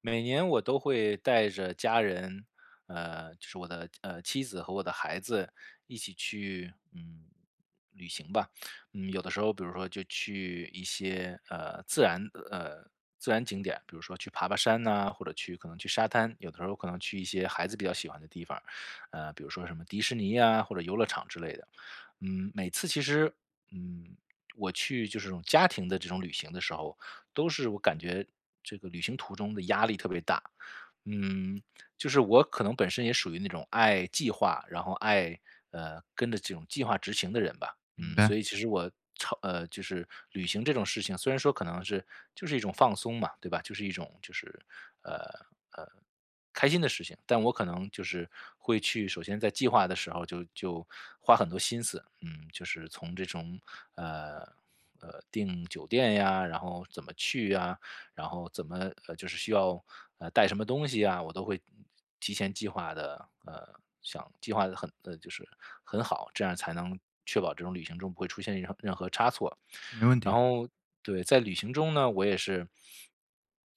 每年我都会带着家人，就是我的妻子和我的孩子一起去，旅行吧。有的时候，比如说就去一些呃自然景点，比如说去爬爬山呐、或者可能去沙滩。有的时候可能去一些孩子比较喜欢的地方，比如说什么迪士尼呀、或者游乐场之类的。每次其实，嗯，我去就是这种家庭的这种旅行的时候，都是我感觉这个旅行途中的压力特别大。嗯，就是我可能本身也属于那种爱计划，然后爱跟着这种计划执行的人吧。明所白，以其实我就是旅行这种事情，虽然说可能是就是一种放松嘛，对吧？就是一种就是呃呃开心的事情，但我可能就是会去，首先在计划的时候就花很多心思，嗯，就是从这种呃订酒店呀，然后怎么去呀，然后怎么就是需要带什么东西啊，我都会提前计划的，想计划的很就是很好，这样才能确保这种旅行中不会出现任何差错。没问然题。后对，在旅行中呢，我也是。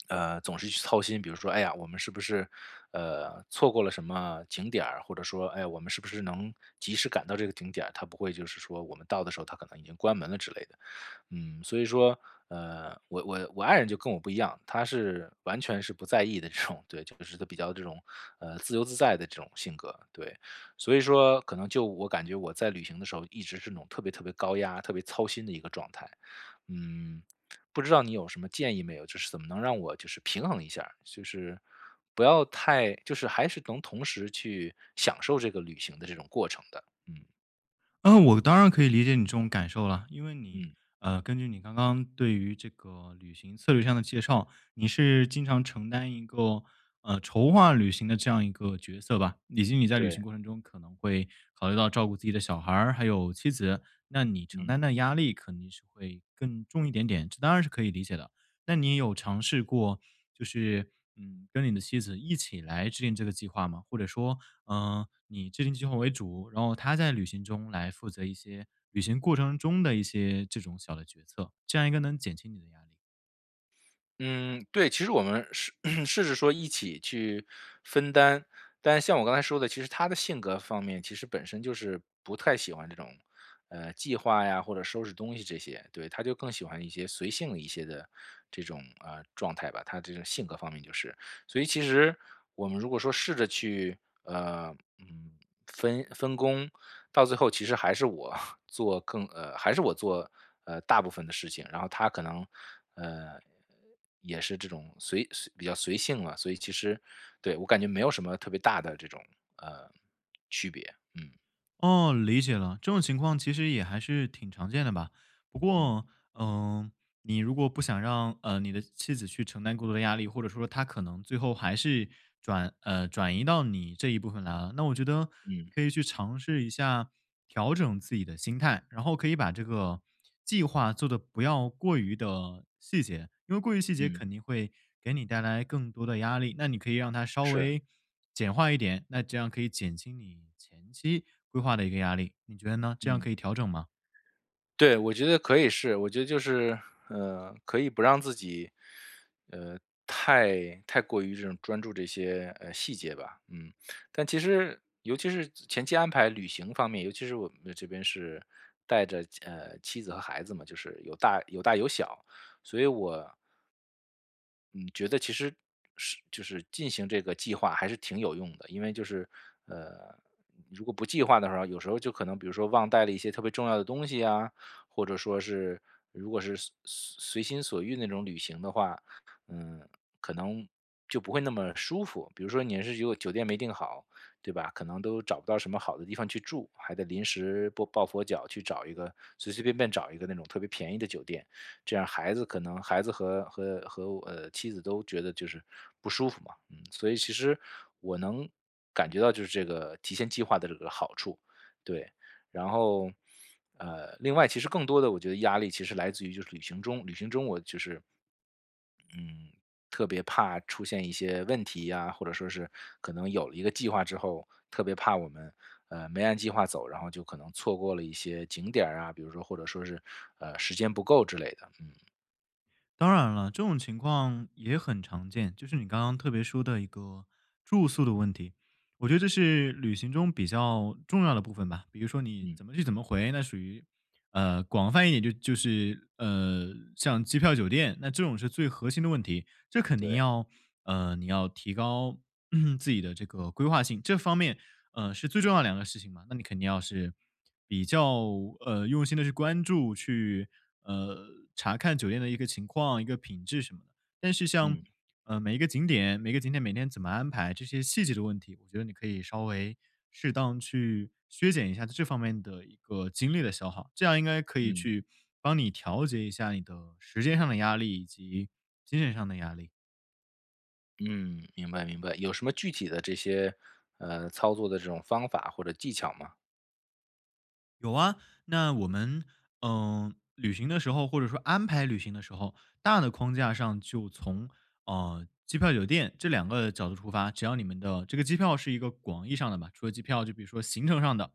总是去操心，比如说，哎呀，我们是不是错过了什么景点儿，或者说，哎呀，我们是不是能及时赶到这个景点儿？它不会就是说我们到的时候，它可能已经关门了之类的。嗯，所以说，我爱人就跟我不一样，她是完全是不在意的这种，对，就是她比较这种，自由自在的这种性格，对，所以说可能就我感觉我在旅行的时候一直是那种特别特别高压、特别操心的一个状态，嗯，不知道你有什么建议没有？就是怎么能让我就是平衡一下儿就是不要太，就是还是能同时去享受这个旅行的这种过程的，嗯嗯，我当然可以理解你这种感受了，因为你，嗯，根据你刚刚对于这个旅行策略上的介绍，你是经常承担一个，筹划旅行的这样一个角色吧，以及你在旅对，行过程中可能会考虑到照顾自己的小孩儿还有妻子，那你承嗯。担的压力肯定是会更重一点点，这当然是可以理解的。那你有尝试过，就是嗯，跟你的妻子一起来制定这个计划吗？或者说，嗯，你制定计划为主，然后他在旅行中来负责一些旅行过程中的一些这种小的决策，这样应该能减轻你的压力。嗯，对，其实我们试 试着说一起去分担，但像我刚才说的，其实他的性格方面，其实本身就是不太喜欢这种，计划呀或者收拾东西这些，对，他就更喜欢一些随性的一些的这种状态吧，他这种性格方面就是，所以其实我们如果说试着去分工，到最后其实还是我 还是我做大部分的事情，然后他可能呃也是这种比较随性了，所以其实对我感觉没有什么特别大的这种呃区别，嗯哦，理解了，这种情况其实也还是挺常见的吧。不嗯过，嗯、你如果不想让你的妻子去承担过多的压力，或者说她可能最后还是转移到你这一部分来了，那我觉得嗯你可以去尝试一下调整自己的心态，然后可以把这个计划做的不要过于的细节，因为过于细节嗯，肯定会给你带来更多的压力。那你可以让它稍是，微简化一点，那这样可以减轻你前期规划的一个压力。你觉得呢？这样嗯。可以调整吗？对，我觉得可以是，我觉得就是，可以不让自己，呃，太过于这种专注这些细节吧，嗯，但其实尤其是前期安排旅行方面，尤其是我们这边是带着妻子和孩子嘛，就是有大有小，所以我嗯，觉得其实是就是进行这个计划还是挺有用的，因为就是呃，如果不计划的时候，有时候就可能比如说忘带了一些特别重要的东西啊，或者说是如果是随心所欲那种旅行的话，嗯，可能就不会那么舒服。比如说你是如果酒店没订好，对吧？可能都找不到什么好的地方去住，还得临时抱佛脚去找一个随随便便找一个那种特别便宜的酒店。这样孩子可能孩子和我妻子都觉得就是不舒服嘛，嗯，所以其实我能感觉到就是这个提前计划的这个好处，对，然后另外其实更多的我觉得压力其实来自于就是旅行中，旅行中我就是嗯特别怕出现一些问题呀、或者说是可能有了一个计划之后，特别怕我们没按计划走，然后就可能错过了一些景点儿啊，比如说或者说是时间不够之类的，嗯，当然了，这种情况也很常见，就是你刚刚特别说的一个住宿的问题，我觉得这是旅行中比较重要的部分吧。比如说你嗯怎么去怎么回，那属于广泛一点就是像机票、酒店，那这种是最核心的问题，这肯定对。要你要提高 自己的这个规划性，这方面是最重要的两个事情嘛。那你肯定要是比较用心的去关注，去呃查看酒店的一个情况、一个品质什么的。但是像嗯每一个景点、每个景点每天怎么安排这些细节的问题，我觉得你可以稍微适当去削减一下这方面的一个精力的消耗，这样应该可以嗯去帮你调节一下你的时间上的压力以及精神上的压力。嗯，明白明白。有什么具体的这些，操作的这种方法或者技巧吗？有啊，那我们嗯、旅行的时候，或者说安排旅行的时候，大的框架上就从机票、酒店这两个角度出发，只要你们的这个机票是一个广义上的吧，除了机票，就比如说行程上的、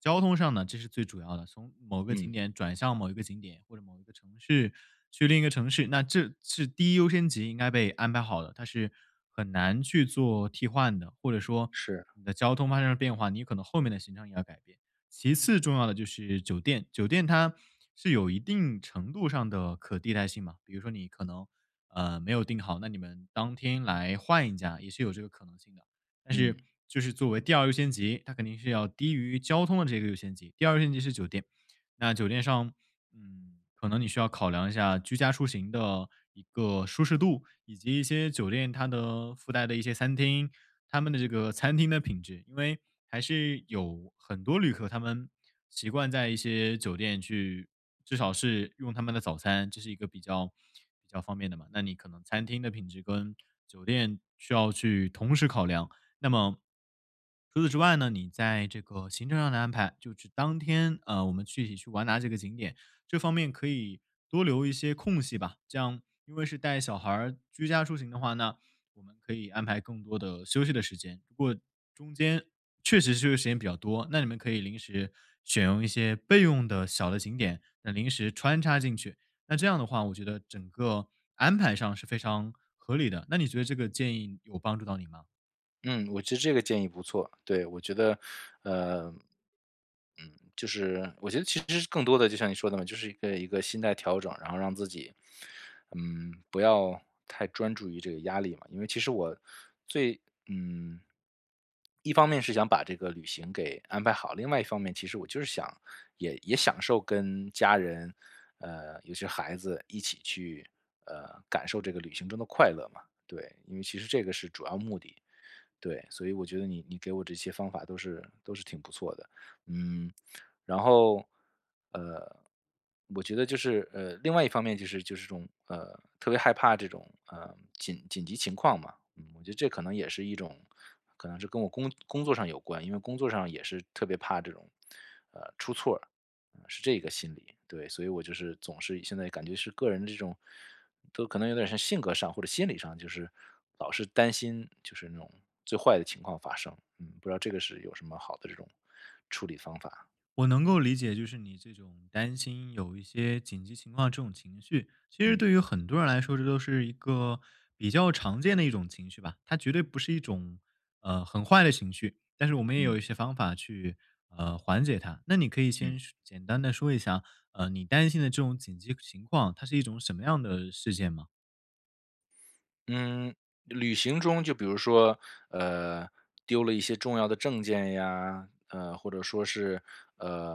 交通上的，这是最主要的，从某个景嗯，点转向某一个景点或者某一个城市去另一个城市，那这是第一优先级应该被安排好的，它是很难去做替换的，或者说是，你的交通发生了变化，你可能后面的行程也要改变。其次重要的就是酒店，酒店它是有一定程度上的可替代性嘛，比如说你可能没有订好，那你们当天来换一家也是有这个可能性的。但嗯。是就是作为第二优先级，它肯定是要低于交通的这个优先级，第二优先级是酒店。那酒店上，嗯，可能你需要考量一下居家出行的一个舒适度，以及一些酒店它的附带的一些餐厅，他们的这个餐厅的品质，因为还是有很多旅客，他们习惯在一些酒店去，至少是用他们的早餐，这是一个比较方便的嘛。那你可能餐厅的品质跟酒店需要去同时考量。那么除此之外呢，你在这个行程上的安排，就是当天我们具体去玩哪几个景点，这方面可以多留一些空隙吧。这样，因为是带小孩儿居家出行的话呢，我们可以安排更多的休息的时间。如果中间确实休息时间比较多，那你们可以临时选用一些备用的小的景点，那临时穿插进去。那这样的话，我觉得整个安排上是非常合理的。那你觉得这个建议有帮助到你吗？嗯，我觉得这个建议不错。对，我觉得，呃，嗯，就是我觉得其实更多的就像你说的嘛，就是一个心态调整，然后让自己，嗯，不要太专注于这个压力嘛。因为其实我最，嗯，一方面是想把这个旅行给安排好，另外一方面其实我就是想也享受跟家人，尤其是孩子一起去，感受这个旅行中的快乐嘛。对，因为其实这个是主要目的。对，所以我觉得你给我这些方法都是挺不错的，嗯，然后，呃，我觉得就是另外一方面就是这种特别害怕这种紧急情况嘛，嗯，我觉得这可能也是一种，可能是跟我工作上有关，因为工作上也是特别怕这种出错儿是这个心理，对，所以我就是总是现在感觉是个人这种，都可能有点像性格上或者心理上，就是老是担心就是那种最坏的情况发生，不知道这个是有什么好的这种处理方法？我能够理解，就是你这种担心有一些紧急情况这种情绪，其实嗯对于很多人来说，这都是一个比较常见的一种情绪吧。它绝对不是一种很坏的情绪，但是我们也有一嗯些方法去缓解它。那你可以嗯。先说简单的说一下，呃，你担心的这种紧急情况，它是一种什么样的事件吗？嗯，旅行中就比如说，呃，丢了一些重要的证件呀，或者说是，呃，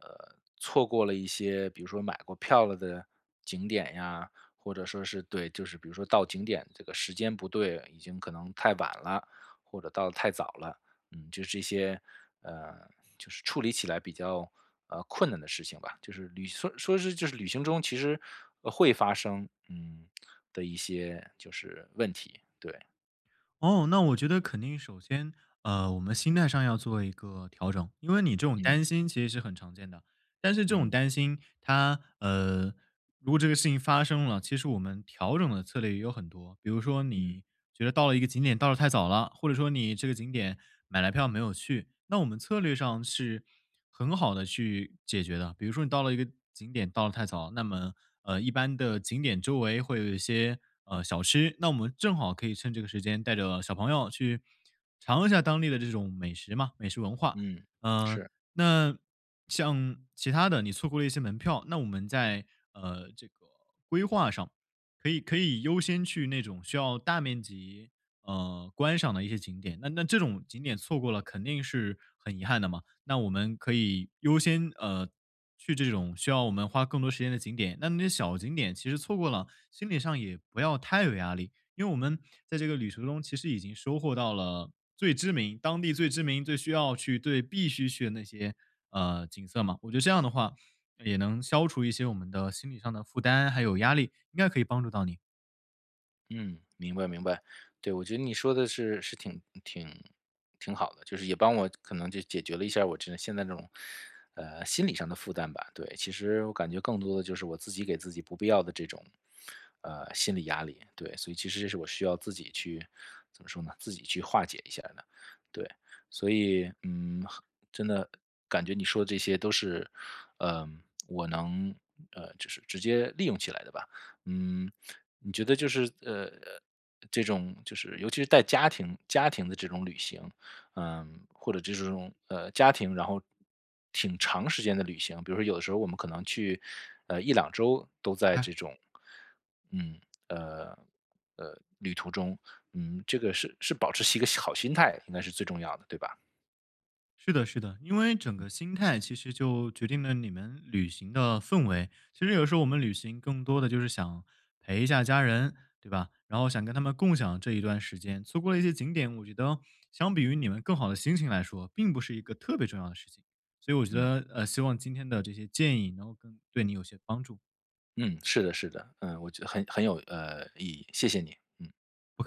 错过了一些，比如说买过票了的景点呀，或者说是对，就是比如说到景点这个时间不对，已经可能太晚了，或者到的太早了。嗯，就是这些，呃，就是处理起来比较困难的事情吧。就是旅说说是就是旅行中其实会发生的一些就是问题，对，哦，那我觉得肯定首先，呃，我们心态上要做一个调整，因为你这种嗯担心其实是很常见的，但是这种嗯担心它，呃。如果这个事情发生了，其实我们调整的策略也有很多。比如说，嗯你觉得到了一个景点到了太早了，或者说你这个景点买来票没有去，那我们策略上是很好的去解决的。比如说，你到了一个景点到了太早，那么呃，一般的景点周围会有一些小吃，那我们正好可以趁这个时间带着小朋友去尝一下当地的这种美食嘛，美食文化。嗯，嗯、是。那像其他的，你错过了一些门票，那我们在这个规划上，可以优先去那种需要大面积观赏的一些景点，那那这种景点错过了肯定是很遗憾的嘛。那我们可以优先，呃，去这种需要我们花更多时间的景点。那那些小景点其实错过了，心理上也不要太有压力，因为我们在这个旅途中其实已经收获到了最知名、当地最知名、最需要去、对必须去的那些景色嘛。我觉得这样的话也能消除一些我们的心理上的负担还有压力，应该可以帮助到你。嗯，明白明白。对，我觉得你说的是挺好的，就是也帮我可能就解决了一下我这现在这种，心理上的负担吧。对，其实我感觉更多的就是我自己给自己不必要的这种，心理压力。对，所以其实这是我需要自己去怎么说呢？自己去化解一下的。对，所以嗯，真的感觉你说的这些都是，嗯、我能就是直接利用起来的吧。嗯，你觉得就是这种就是尤其是带家庭的这种旅行，嗯，或者这种家庭，然后挺长时间的旅行，比如说有的时候我们可能去一两周都明在这白种，嗯呃旅途中，嗯，这个是保持一个好心态，应该是最重要的，对吧？是的，是的，因为整个心态其实就决定了你们旅行的氛围。其实有时候我们旅行更多的就是想陪一下家人，对吧？然后想跟他们共享这一段时间。错过了一些景点，我觉得相比于你们更好的心情来说，并不是一个特别重要的事情。所以我觉嗯得，呃，希望今天的这些建议能够更对你有些帮助。嗯，是的，是的，嗯，我觉得很有意义，谢谢你，嗯。不客气。